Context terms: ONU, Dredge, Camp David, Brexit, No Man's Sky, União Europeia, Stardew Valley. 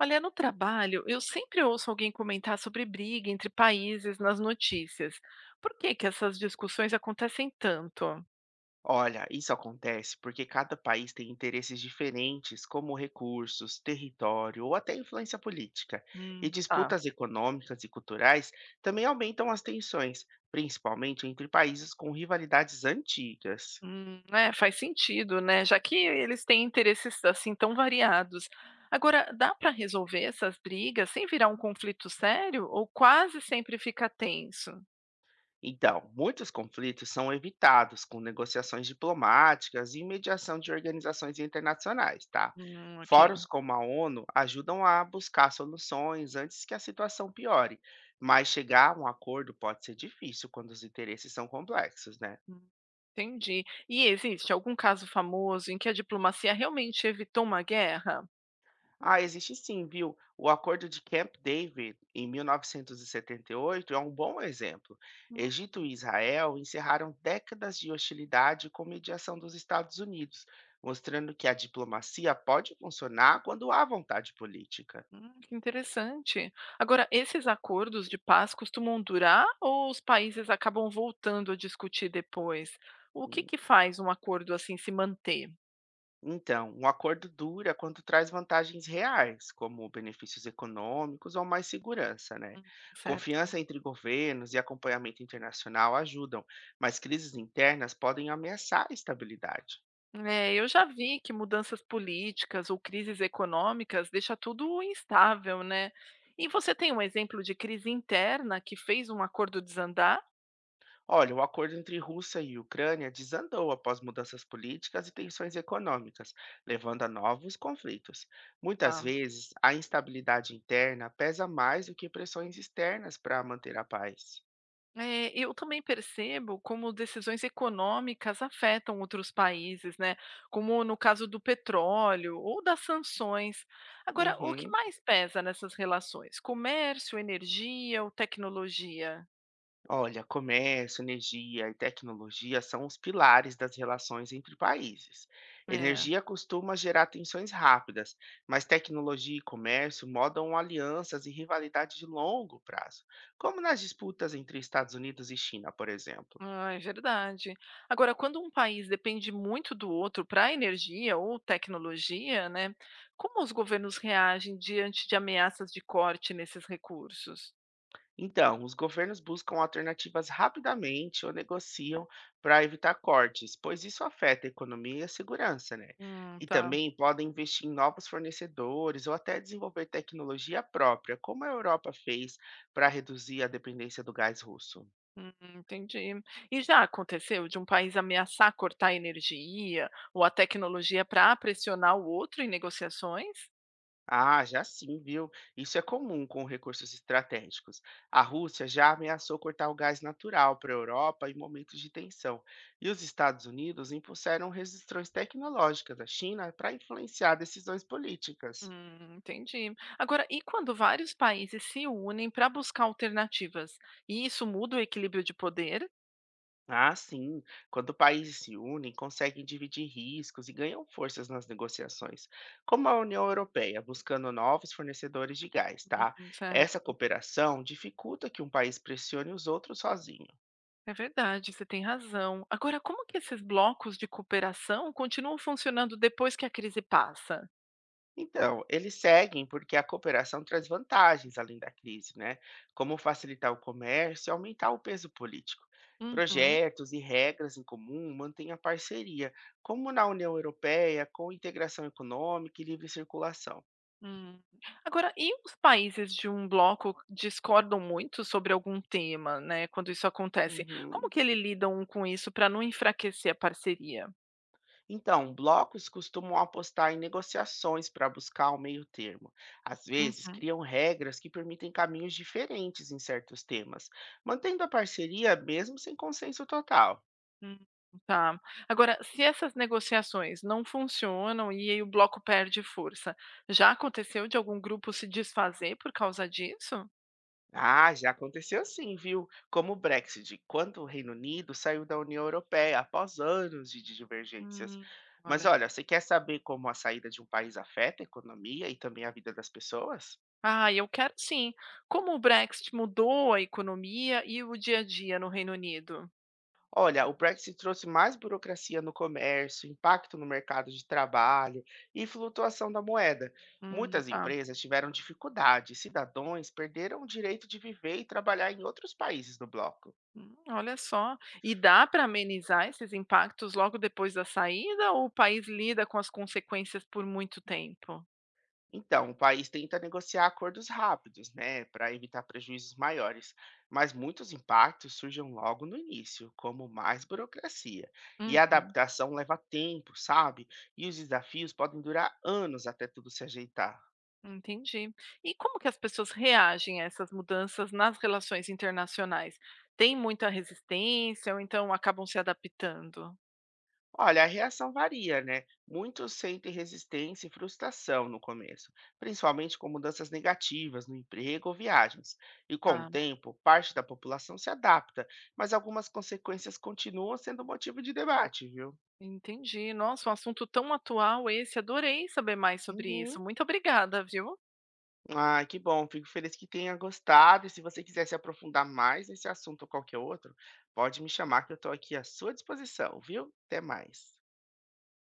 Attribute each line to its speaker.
Speaker 1: Olha, no trabalho, eu sempre ouço alguém comentar sobre briga entre países nas notícias. Por que que essas discussões acontecem tanto?
Speaker 2: Olha, isso acontece porque cada país tem interesses diferentes, como recursos, território ou até influência política. E
Speaker 1: Tá.
Speaker 2: disputas econômicas e culturais também aumentam as tensões, principalmente entre países com rivalidades antigas.
Speaker 1: É, faz sentido, né? Já que eles têm interesses assim tão variados. Agora, dá para resolver essas brigas sem virar um conflito sério ou quase sempre fica tenso?
Speaker 2: Então, muitos conflitos são evitados com negociações diplomáticas e mediação de organizações internacionais, tá? Fóruns
Speaker 1: Ok.
Speaker 2: como a ONU ajudam a buscar soluções antes que a situação piore, mas chegar a um acordo pode ser difícil quando os interesses são complexos, né?
Speaker 1: Hum, Entendi. E existe algum caso famoso em que a diplomacia realmente evitou uma guerra?
Speaker 2: Ah, existe sim, viu? O Acordo de Camp David, em 1978, é um bom exemplo. Egito e Israel encerraram décadas de hostilidade com mediação dos Estados Unidos, mostrando que a diplomacia pode funcionar quando há vontade política.
Speaker 1: Que interessante. Agora, esses acordos de paz costumam durar ou os países acabam voltando a discutir depois? O que que faz um acordo assim se manter?
Speaker 2: Então, um acordo dura quando traz vantagens reais, como benefícios econômicos ou mais segurança, né?
Speaker 1: Certo.
Speaker 2: Confiança entre governos e acompanhamento internacional ajudam, mas crises internas podem ameaçar a estabilidade.
Speaker 1: É, eu já vi que mudanças políticas ou crises econômicas deixa tudo instável, né? E você tem um exemplo de crise interna que fez um acordo desandar?
Speaker 2: Olha, o acordo entre Rússia e Ucrânia desandou após mudanças políticas e tensões econômicas, levando a novos conflitos. Muitas
Speaker 1: Ah.
Speaker 2: vezes, a instabilidade interna pesa mais do que pressões externas para manter a paz.
Speaker 1: É, eu também percebo como decisões econômicas afetam outros países, né? Como no caso do petróleo ou das sanções. Agora, o que
Speaker 2: Uhum.
Speaker 1: mais pesa nessas relações? Comércio, energia ou tecnologia?
Speaker 2: Olha, comércio, energia e tecnologia são os pilares das relações entre países.
Speaker 1: É,
Speaker 2: Energia costuma gerar tensões rápidas, mas tecnologia e comércio modam alianças e rivalidade de longo prazo, como nas disputas entre Estados Unidos e China, por exemplo.
Speaker 1: ah, é verdade. Agora, quando um país depende muito do outro para energia ou tecnologia, né? Como os governos reagem diante de ameaças de corte nesses recursos?
Speaker 2: Então, os governos buscam alternativas rapidamente ou negociam para evitar cortes, pois isso afeta a economia e a segurança, né? E
Speaker 1: Tá.
Speaker 2: também podem investir em novos fornecedores ou até desenvolver tecnologia própria, como a Europa fez para reduzir a dependência do gás russo.
Speaker 1: Entendi. E já aconteceu de um país ameaçar cortar a energia ou a tecnologia para pressionar o outro em negociações?
Speaker 2: Ah, já sim, viu? Isso é comum com recursos estratégicos. A Rússia já ameaçou cortar o gás natural para a Europa em momentos de tensão, e os Estados Unidos impulsaram restrições tecnológicas à China para influenciar decisões políticas.
Speaker 1: Entendi. Agora, e quando vários países se unem para buscar alternativas? E isso muda o equilíbrio de poder?
Speaker 2: Ah, sim, quando países se unem, conseguem dividir riscos e ganham forças nas negociações, como a União Europeia, buscando novos fornecedores de gás, tá? Essa
Speaker 1: Certo.
Speaker 2: cooperação dificulta que um país pressione os outros sozinho.
Speaker 1: É verdade, você tem razão. Agora, como que esses blocos de cooperação continuam funcionando depois que a crise passa?
Speaker 2: Então, eles seguem porque a cooperação traz vantagens além da crise, né? Como facilitar o comércio e aumentar o peso político.
Speaker 1: Uhum.
Speaker 2: Projetos e regras em comum mantêm a parceria, como na União Europeia, com integração econômica e livre circulação.
Speaker 1: Hum. Agora, e os países de um bloco discordam muito sobre algum tema, né, quando isso acontece? Como
Speaker 2: Uhum.
Speaker 1: que eles lidam um com isso para não enfraquecer a parceria?
Speaker 2: Então, blocos costumam apostar em negociações para buscar o meio termo. Às vezes,
Speaker 1: Uhum,
Speaker 2: criam regras que permitem caminhos diferentes em certos temas, mantendo a parceria mesmo sem consenso total.
Speaker 1: hum, tá. Agora, se essas negociações não funcionam e aí o bloco perde força, já aconteceu de algum grupo se desfazer por causa disso?
Speaker 2: Ah, já aconteceu sim, viu? Como o Brexit, quando o Reino Unido saiu da União Europeia após anos de divergências.
Speaker 1: Hum,
Speaker 2: Mas
Speaker 1: olha.
Speaker 2: olha, você quer saber como a saída de um país afeta a economia e também a vida das pessoas?
Speaker 1: Ah, eu quero sim. Como o Brexit mudou a economia e o dia a dia no Reino Unido?
Speaker 2: Olha, o Brexit trouxe mais burocracia no comércio, impacto no mercado de trabalho e flutuação da moeda. Muitas
Speaker 1: Tá.
Speaker 2: empresas tiveram dificuldade, cidadãos perderam o direito de viver e trabalhar em outros países do bloco.
Speaker 1: Olha só. E dá para amenizar esses impactos logo depois da saída ou o país lida com as consequências por muito tempo?
Speaker 2: Então, o país tenta negociar acordos rápidos, né, para evitar prejuízos maiores, mas muitos impactos surgem logo no início, como mais burocracia. E a
Speaker 1: Uhum,
Speaker 2: adaptação leva tempo, sabe? E os desafios podem durar anos até tudo se ajeitar.
Speaker 1: Entendi. E como que as pessoas reagem a essas mudanças nas relações internacionais? Tem muita resistência ou então acabam se adaptando?
Speaker 2: Olha, a reação varia, né? Muitos sentem resistência e frustração no começo, principalmente com mudanças negativas no emprego ou viagens. E com
Speaker 1: Ah,
Speaker 2: o tempo, parte da população se adapta, mas algumas consequências continuam sendo motivo de debate, viu?
Speaker 1: entendi. Nossa, um assunto tão atual esse. Adorei saber mais sobre isso.
Speaker 2: Uhum.
Speaker 1: Muito obrigada, viu?
Speaker 2: Ah, que bom. Fico feliz que tenha gostado. E se você quiser se aprofundar mais nesse assunto ou qualquer outro, pode me chamar que eu estou aqui à sua disposição, viu? Até mais.